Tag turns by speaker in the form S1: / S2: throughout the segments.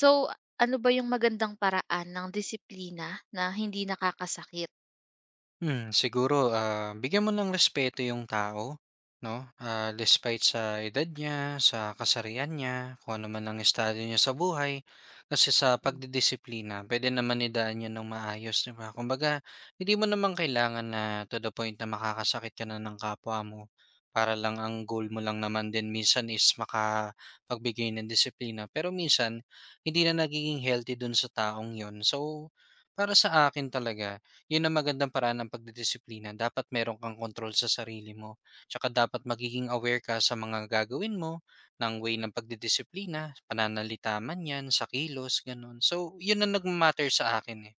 S1: So, ano ba yung magandang paraan ng disiplina na hindi nakakasakit?
S2: Siguro, bigyan mo ng respeto yung tao, 'no? Despite sa edad niya, sa kasarian niya, kung ano man ang estado niya sa buhay. Kasi sa pagdidisiplina, pwede naman idaan niya ng maayos, 'di ba? Kumbaga, hindi mo naman kailangan na to the point na makakasakit ka na ng kapwa mo, para lang ang goal mo lang naman din minsan is makapagbigay ng disiplina. Pero minsan, hindi na nagiging healthy dun sa taong 'yon. So, para sa akin talaga yun ang magandang paraan ng pagdidisiplina. Dapat meron kang kontrol sa sarili mo. Tsaka dapat magiging aware ka sa mga gagawin mo, ng way ng pagdidisiplina, pananalita man yan, sa kilos, ganun. So, yun ang nagmamatter sa akin eh.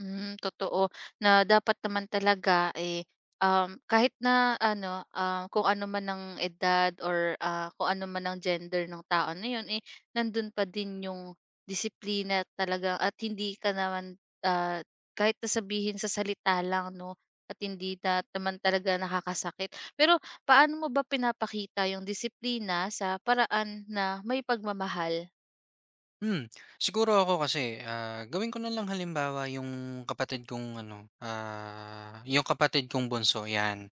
S1: Hmm, totoo na dapat naman talaga, eh, kahit na ano, kung ano man ang edad or, kung ano man ang gender ng tao na yun, eh, nandun pa din yung disiplina talaga at hindi ka naman, kahit na sabihin sa salita lang 'no at hindi na naman talaga nakakasakit. Pero paano mo ba pinapakita yung disiplina sa paraan na may pagmamahal?
S2: Hmm, Siguro ako kasi, gawin ko na lang halimbawa yung kapatid kong ano, yung kapatid kong bunso, yan.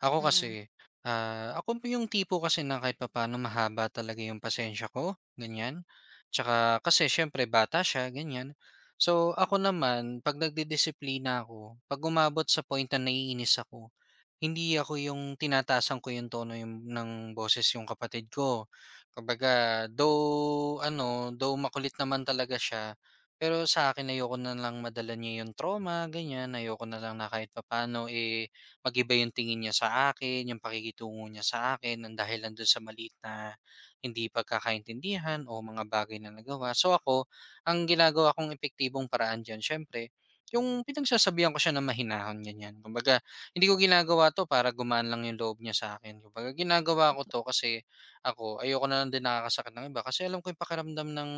S2: Ako
S1: Mm.
S2: kasi, ako po yung tipo kasi na kahit papaano mahaba talaga yung pasensya ko, ganyan. Tsaka kasi siyempre bata siya, ganyan. So ako naman, pag nagdidisiplina ako, pag umabot sa point na naiinis ako, hindi ako yung tinataasan ko yung tono yung ng boses yung kapatid ko. Kumbaga, though makulit naman talaga siya, pero sa akin ayoko na lang madala niya yung trauma, ganyan. Ayoko na lang na kahit papaano eh yung tingin niya sa akin, yung pakikitungo niya sa akin ang dahil doon sa maliit na hindi pagkakaintindihan o mga bagay na nagawa. So ako, ang ginagawa kong epektibong paraan diyan, syempre, yung pinagsasabihan ko siya na mahinahon ganyan. Kumbaga, hindi ko ginagawa 'to para gumaan lang yung loob niya sa akin. Kumbaga ginagawa ko 'to kasi ako ayoko na lang din nakakasakit ng iba kasi alam ko yung pakiramdam ng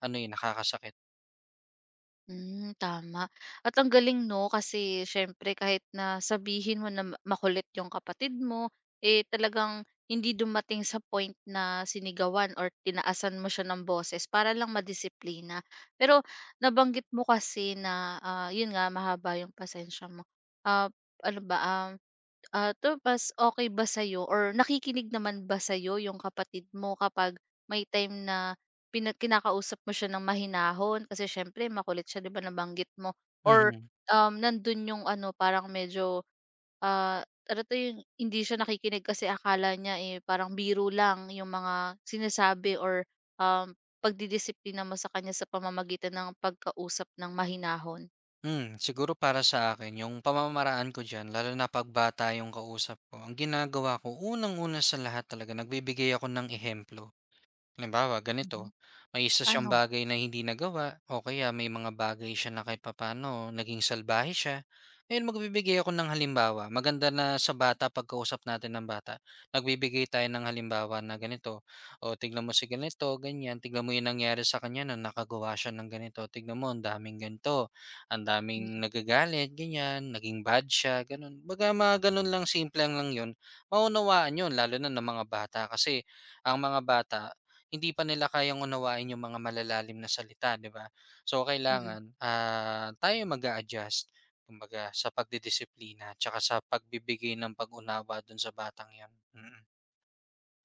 S2: ano, yun nakakasakit.
S1: Hmm, tama. At ang galing 'no, kasi siyempre kahit na sabihin mo na makulit yung kapatid mo, eh, talagang hindi dumating sa point na sinigawan or tinaasan mo siya ng boses para lang madisiplina. Pero nabanggit mo kasi na, ah, yun nga mahaba yung pasensya mo. Ah, ano ba, um Ah, to tapos okay ba sa'yo or nakikinig naman ba sa'yo yung kapatid mo kapag may time na kinakausap mo siya ng mahinahon? Kasi siyempre makulit siya 'di ba nabanggit mo or,
S2: Mhm.
S1: nandun yung ano parang medyo, ah, ano 'to yung hindi siya nakikinig kasi akala niya, eh, parang biro lang yung mga sinasabi or, pagdidisiplina mo sa kanya sa pamamagitan ng pagkausap ng mahinahon?
S2: Siguro para sa akin yung pamamaraan ko diyan lalo na pagbata bata yung kausap ko, ang ginagawa ko unang-una sa lahat talaga nagbibigay ako ng ehemplo. Halimbawa
S1: Mhm.
S2: ganito, may isa siyang
S1: Ano?
S2: bagay na hindi nagawa o kaya may mga bagay siya na kahit papano, naging salbahe siya. Ayun, magbibigay ako ng halimbawa. Maganda na sa bata pagkausap natin ng bata. Nagbibigay tayo ng halimbawa na ganito. O tignan mo si ganito, ganyan. Tignan mo yung nangyari sa kanya nung nakagawa siya ng ganito. Tignan mo, ang daming ganito. Ang daming
S1: Hmm,
S2: nagagalit, ganyan. Naging bad siya, ganun. Baga mga ganun lang, simple lang yun. Maunawaan yun, lalo na ng mga bata. Kasi ang mga bata, hindi pa nila kayang unawain yung mga malalalim na salita, 'di ba? So
S1: mm.
S2: kailangan, tayo mag adjust kumbaga sa pagdidisiplina tsaka sa pagbibigay ng pag-unawa dun sa batang 'yan.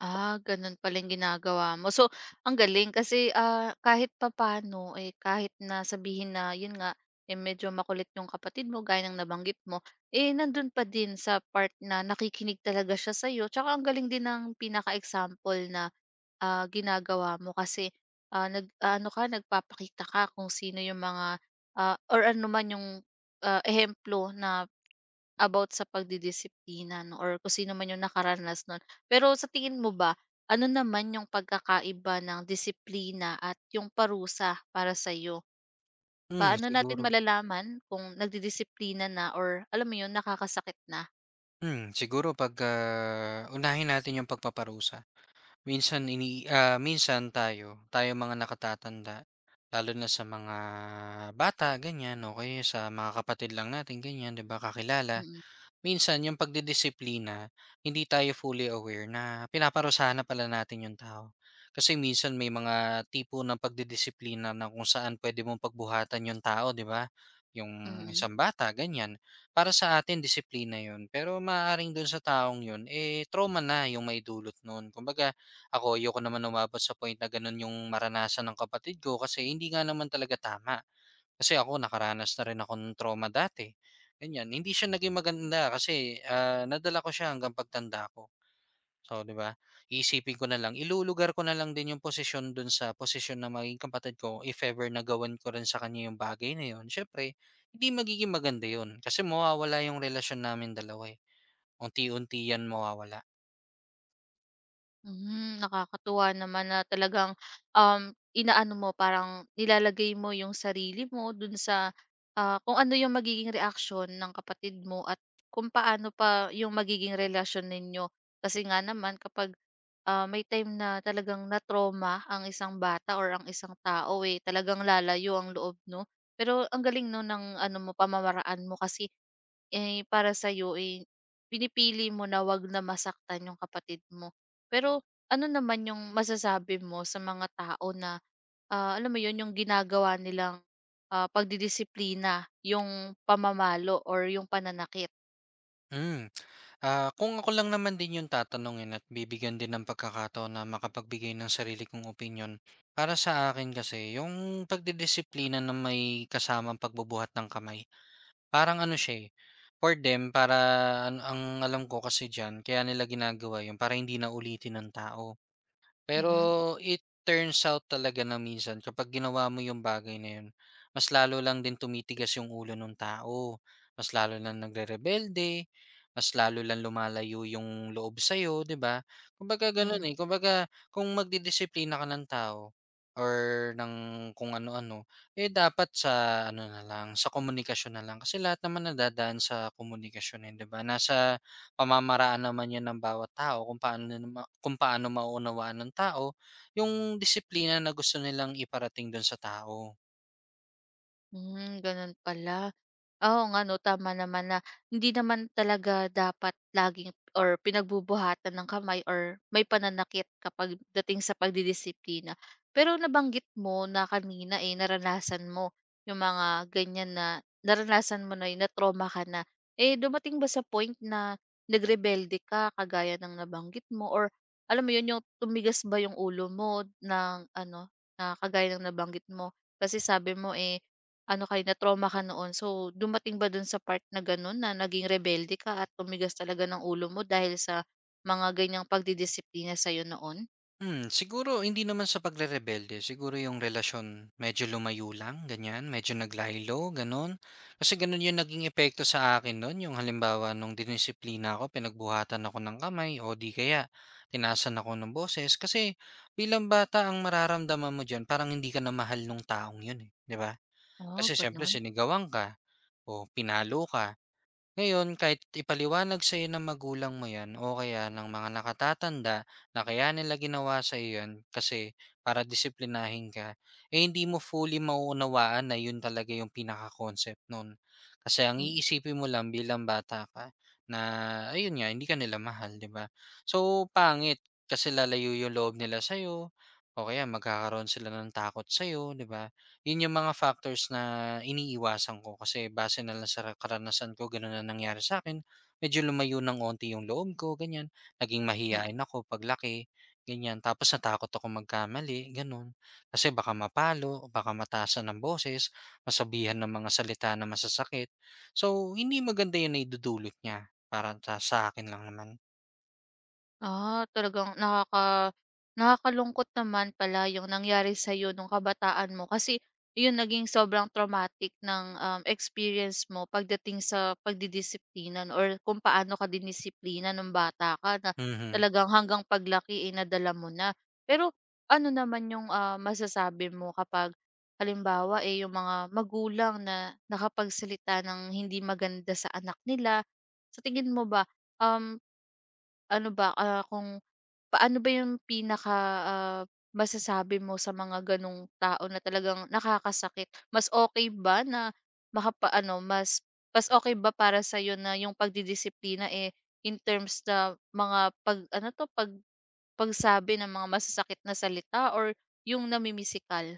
S1: Ah, ganun pala yung ginagawa mo. So, ang galing kasi ah, kahit papaano, eh, kahit na sabihin na yun nga, eh, medyo makulit yung kapatid mo, gaya ng nabanggit mo, eh, nandun pa din sa part na nakikinig talaga siya sa'yo. Tsaka ang galing din ng pinaka-example na ah, ginagawa mo kasi, ah, nagpapakita ka kung sino yung mga, ah, or ano man yung, ah, ehemplo na about sa pagdidisiplina 'no or kung sino man yung nakaranas nun. Pero sa tingin mo ba, ano naman yung pagkakaiba ng disiplina at yung parusa para sa sa'yo?
S2: Hmm,
S1: Paano natin
S2: siguro
S1: malalaman kung nagdidisiplina na or alam mo yun, nakakasakit na?
S2: Siguro unahin natin yung pagpaparusa. Minsan tayo mga nakatatanda, lalo na sa mga bata, ganyan, okay? Sa mga kapatid lang natin, ganyan, 'di ba, kakilala
S1: Mm,
S2: minsan yung pagdidisiplina, hindi tayo fully aware na pinaparusahan na pala natin yung tao. Kasi minsan may mga tipo ng pagdidisiplina na kung saan pwede mong pagbuhatan yung tao, di ba? Yung
S1: mm.
S2: isang bata, ganyan. Para sa atin, disiplina yun. Pero maaaring dun sa taong yun, eh, trauma na yung may dulot nun. Kumbaga, ako, ayoko naman umabot sa point na ganun yung maranasan ng kapatid ko kasi hindi nga naman talaga tama. Kasi ako nakaranas na rin akong trauma dati, ganyan. Hindi siya naging maganda kasi, nadala ko siya hanggang pagtanda ko. So, 'di ba, iisipin ko na lang, ilulugar ko na lang din yung posisyon do'n sa posisyon na maging kapatid ko if ever na ko rin sa kanya yung bagay na 'yon, siyempre hindi magiging maganda 'yon kasi mawawala yung relasyon namin dalawa, eh. Unti-unti 'yan mawawala.
S1: Hmm, nakakatuwa naman na talagang, inaano mo parang nilalagay mo yung sarili mo dun sa, ah, kung ano yung magiging reaksyon ng kapatid mo at kung paano pa yung magiging relasyon ninyo. Kasi nga naman kapag, may time na talagang na-trauma ang isang bata or ang isang tao, eh, talagang lalayo ang loob 'no? Pero ang galing 'no ng ano mo pamamaraan mo kasi, eh, para sa'yo, eh, pinipili mo na 'wag na masaktan yung kapatid mo. Pero ano naman yung masasabi mo sa mga tao na, alam mo yun, yung ginagawa nilang, pagdidisiplina yung pamamalo or yung pananakit?
S2: Hmm, kung ako lang naman din yung tatanungin at bibigyan din ng pagkakataon na makapagbigay ng sarili kong opinyon, para sa akin kasi yung pagdidisiplina na may kasamang pagbubuhat ng kamay, parang ano siya, eh, for them para an ang alam ko kasi diyan kaya nila ginagawa yun para hindi na ulitin ng tao.
S1: Mhm,
S2: Pero it turns out talaga na minsan kapag ginawa mo yung bagay na yun, mas lalo lang din tumitigas yung ulo ng tao, mas lalo lang nagrerebelde, mas lalo lang lumalayo yung loob sa'yo, 'di ba? Kumbaga gano'n,
S1: hmm.
S2: eh, kumbaga kung magdidisiplina ka ng tao or ng kung ano-ano, eh, dapat sa komunikasyon na lang kasi lahat naman nadadaan sa komunikasyon, eh, 'di ba? Nasa pamamaraan naman 'yan ng bawat tao kung paano maunawaan ng tao yung disiplina na gusto nilang iparating dun sa tao.
S1: Hmm, ganun pala. Ah, oo nga 'no, tama naman na hindi naman talaga dapat laging or pinagbubuhatan ng kamay or may pananakit kapag dating sa pagdidisiplina. Pero nabanggit mo na kanina, eh, naranasan mo yung mga ganyan na naranasan mo na yun, na-trauma ka na. Eh, dumating ba sa point na nagrebelde ka kagaya ng nabanggit mo or alam mo yun, yung tumigas ba yung ulo mo ng ano, na kagaya ng nabanggit mo? Kasi sabi mo, eh na-trauma ka noon. So, dumating ba dun sa part na gano'n na naging rebelde ka at tumigas talaga ng ulo mo dahil sa mga ganiyang pagdidisiplina sa'yo noon?
S2: Siguro hindi naman sa pagrerebelde, siguro yung relasyon medyo lumayo lang ganyan, medyo naglahilo gano'n. Kasi gano'n yung naging epekto sa akin nun, yung halimbawa nung dinisiplina ako, pinagbuhatan ako ng kamay o di kaya tinasan ako ng boses. Kasi bilang bata ang mararamdaman mo diyan parang hindi ka na mahal nung taong yun, eh, 'di ba?
S1: Oh
S2: Kasi siyempre
S1: gano'n.
S2: sinigawan ka. O pinalo ka. Ngayon, kahit ipaliwanag sa iyo ng magulang mo yan o kaya ng mga nakatatanda na kaya nila ginawa sa iyo yan kasi para disiplinahin ka, eh hindi mo fully mauunawaan na yun talaga yung pinaka-concept nun. Kasi ang
S1: Mm.
S2: iisipin mo lang bilang bata ka na ayun nga, hindi ka nila mahal, di ba? So, pangit kasi lalayo yung loob nila sa'yo o kaya magkakaroon sila ng takot sa'yo, di ba? Yun yung mga factors na iniiwasan ko kasi base na lang sa karanasan ko ganun na nangyari sa'kin. Medyo lumayo ng onti yung loob ko ganyan, naging mahiyain ako paglaki, ganyan. Tapos natakot ako magkamali ganun, kasi baka mapalo, baka mataasan ng boses, masabihan ng mga salita na masasakit. So, hindi maganda yun na naidudulot niya para sa akin lang naman.
S1: Ah, talagang nakakalungkot naman pala yung nangyari sa iyo nung kabataan mo kasi yun naging sobrang traumatic ng, experience mo pagdating sa pagdidisiplinan or kung paano ka dinisiplina nung bata ka na
S2: Mhm.
S1: talagang hanggang paglaki, eh, nadala mo na. Pero ano naman yung, masasabi mo kapag halimbawa, eh, yung mga magulang na nakapagsalita ng hindi maganda sa anak nila? Sa tingin mo ba, um, ano ba, ah, kung Paano ba yung pinaka, ah, masasabi mo sa mga gano'ng tao na talagang nakakasakit? Makapa ano mas Mas okay ba para sa'yo na yung pagdidisiplina, eh, in terms na mga pag ano 'to, pag pagsabi ng mga masasakit na salita or yung namimisikal?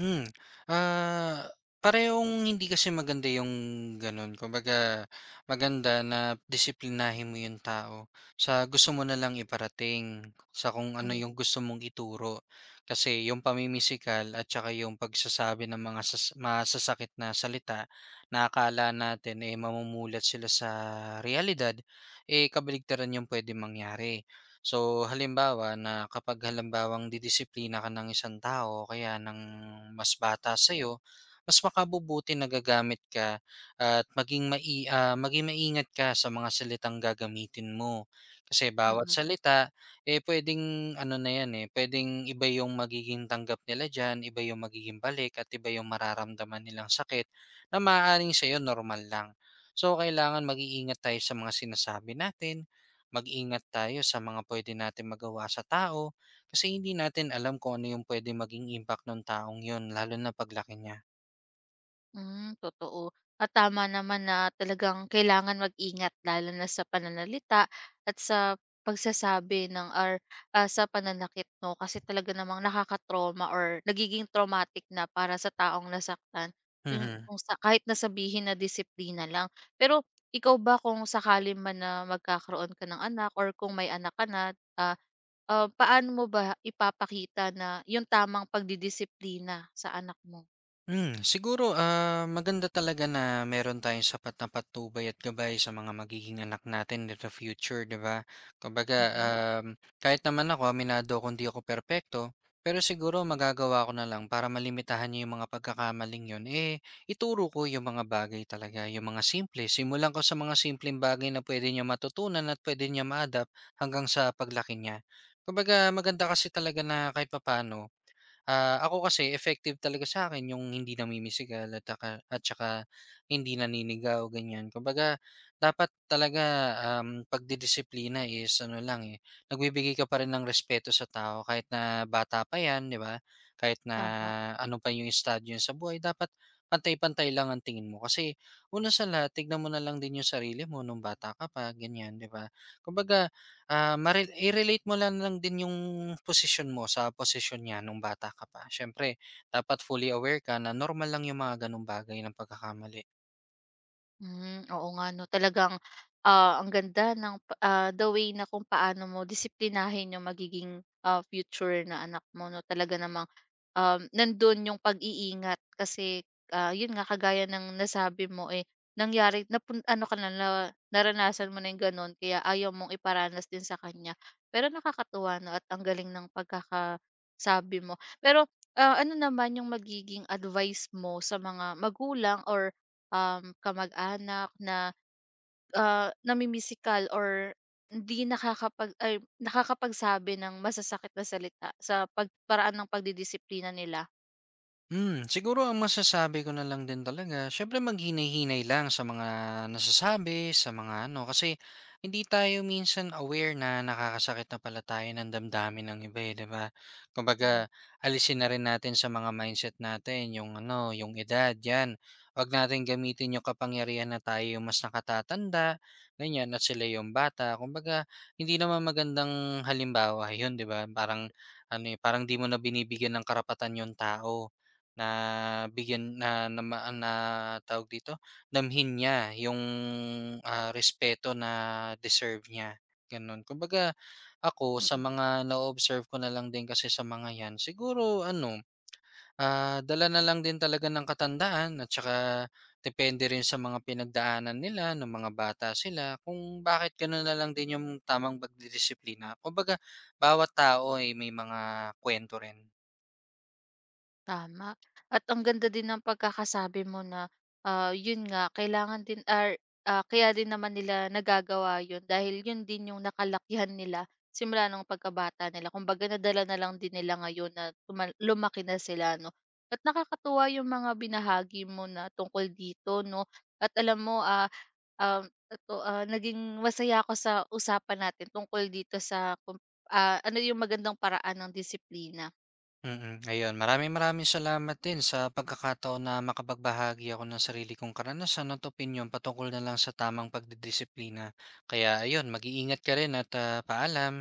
S2: Hmm, ah, Parehong hindi kasi maganda yung gano'n. Kumbaga, maganda na disiplinahin mo yung tao sa gusto mo na lang iparating, sa kung ano
S1: Mhm,
S2: yung gusto mong ituro. Kasi yung pamimisikal at saka yung pagsasabi ng mga masasakit na salita na akala natin, eh, mamumulat sila sa realidad, eh, kabaligtaran yung pwede mangyari. So, halimbawa na kapag halimbawang didisiplina ka ng isang tao o kaya ng mas bata sa'yo, mas makabubuti na gagamit ka at maging maingat ka sa mga salitang gagamitin mo. Kasi bawat
S1: mm.
S2: salita, eh pwedeng ano na yan eh, pwedeng iba yung magiging tanggap nila dyan, iba yung magiging balik at iba yung mararamdaman nilang sakit na maaaring sa'yo normal lang. So, kailangan mag-iingat tayo sa mga sinasabi natin, mag-ingat tayo sa mga pwede natin magawa sa tao kasi hindi natin alam kung ano yung puwedeng maging impact nung taong yun lalo na paglaki niya.
S1: Hmm, totoo. At tama naman na talagang kailangan mag-ingat lalo na sa pananalita at sa pagsasabi ng or sa pananakit 'no, kasi talaga namang nakaka-trauma or nagiging traumatic na para sa taong nasaktan yung
S2: Mhm.
S1: kung sa kahit na sabihin na disiplina lang. Pero ikaw ba kung sakali man na magkakaroon ka ng anak or kung may anak ka na, paano mo ba ipapakita na yung tamang pagdidisiplina sa anak mo?
S2: Siguro, maganda talaga na meron tayong sapat na patubay at gabay sa mga magiging anak natin in the future, 'di ba? Kumbaga,
S1: Mhm,
S2: kahit naman ako, aminado kung di ako perpekto, pero siguro magagawa ko na lang para malimitahan niyo yung mga pagkakamaling yun, eh, ituro ko yung mga bagay talaga, yung mga simple. Simulan ko sa mga simpleng bagay na pwede niya matutunan at pwede niya ma-adapt hanggang sa paglaki niya. Kumbaga, maganda kasi talaga na kahit papaano. Ako kasi effective talaga sa akin yung hindi namimisigal at taka at saka hindi naninigaw, ganyan. Kumbaga dapat talaga, pagdidisiplina is ano lang, eh, nagbibigay ka pa rin ng respeto sa tao kahit na bata pa 'yan, 'di ba? Kahit na
S1: tama.
S2: ano pa yung estadyo niya sa buhay, dapat pantay-pantay lang ang tingin mo. Kasi una sa lahat tignan mo na lang din yung sarili mo nung bata ka pa, ganyan, 'di ba? Kumbaga, mare i-relate mo lang lang din yung posisyon mo sa posisyon niya nung bata ka pa. Siyempre dapat fully aware ka na normal lang yung mga gano'ng bagay ng pagkakamali.
S1: Hmm, oo nga 'no, talagang, ah, ang ganda ng pa ah, the way na kung paano mo disiplinahin yung magiging, future na anak mo 'no, talaga namang nandun yung pag-iingat kasi, yun nga kagaya ng nasabi mo, eh, nangyari napun ano ka na na naranasan mo na yung ganun kaya ayaw mong iparanas din sa kanya. Pero nakakatuwa 'no at ang galing ng pagkakasabi mo. Pero, ano naman yung magiging advice mo sa mga magulang or, kamag-anak na, namimisikal or nakakapagsabi ng masasakit na salita sa pagparaan paraan ng pagdidisiplina nila?
S2: Siguro ang masasabi ko na lang din talaga, siyempre maghinay-hinay lang sa mga nasasabi, sa mga ano, kasi hindi tayo minsan aware na nakakasakit na pala tayo ng damdamin ng iba eh, di ba?
S1: Mm,
S2: Kumbaga, alisin na rin natin sa mga mindset natin, yung ano, yung edad, yan. Huwag natin gamitin yung kapangyarihan na tayo yung mas nakatatanda, ganyan, at sila yung bata. Kumbaga, hindi naman magandang halimbawa yun, di ba? Parang, ano eh, parang di mo na binibigyan ng karapatan yung tao na bigyan na na ma na tawag dito, damhin niya yung, respeto na deserve niya, gano'n. Kumbaga ako sa
S1: mm,
S2: mga na observe ko na lang din kasi sa mga 'yan, siguro ano, dala na lang din talaga ng katandaan at saka depende rin sa mga pinagdaanan nila ng mga bata sila kung bakit gano'n na lang din yung tamang pagdidisiplina. Kumbaga bawat tao ay may mga kwento rin.
S1: tama. At ang ganda din ng pagkakasabi mo na, yun nga kailangan din, kaya din naman nila nagagawa yun dahil yun din yung nakalakihan nila simula nung pagkabata nila. Kumbaga nadala na lang din nila ngayon na lumaki na sila 'no. At nakakatuwa yung mga binahagi mo na tungkol dito 'no. At alam mo, naging masaya ako sa usapan natin tungkol dito sa kung, ah, ano yung magandang paraan ng disiplina.
S2: Mm, ayun. Maraming maraming salamat din sa pagkakataon na makapagbahagi ako ng sarili kong karanasan at opinyon patungkol na lang sa tamang pagdidisiplina. Kaya ayun, mag-iingat ka rin at paalam.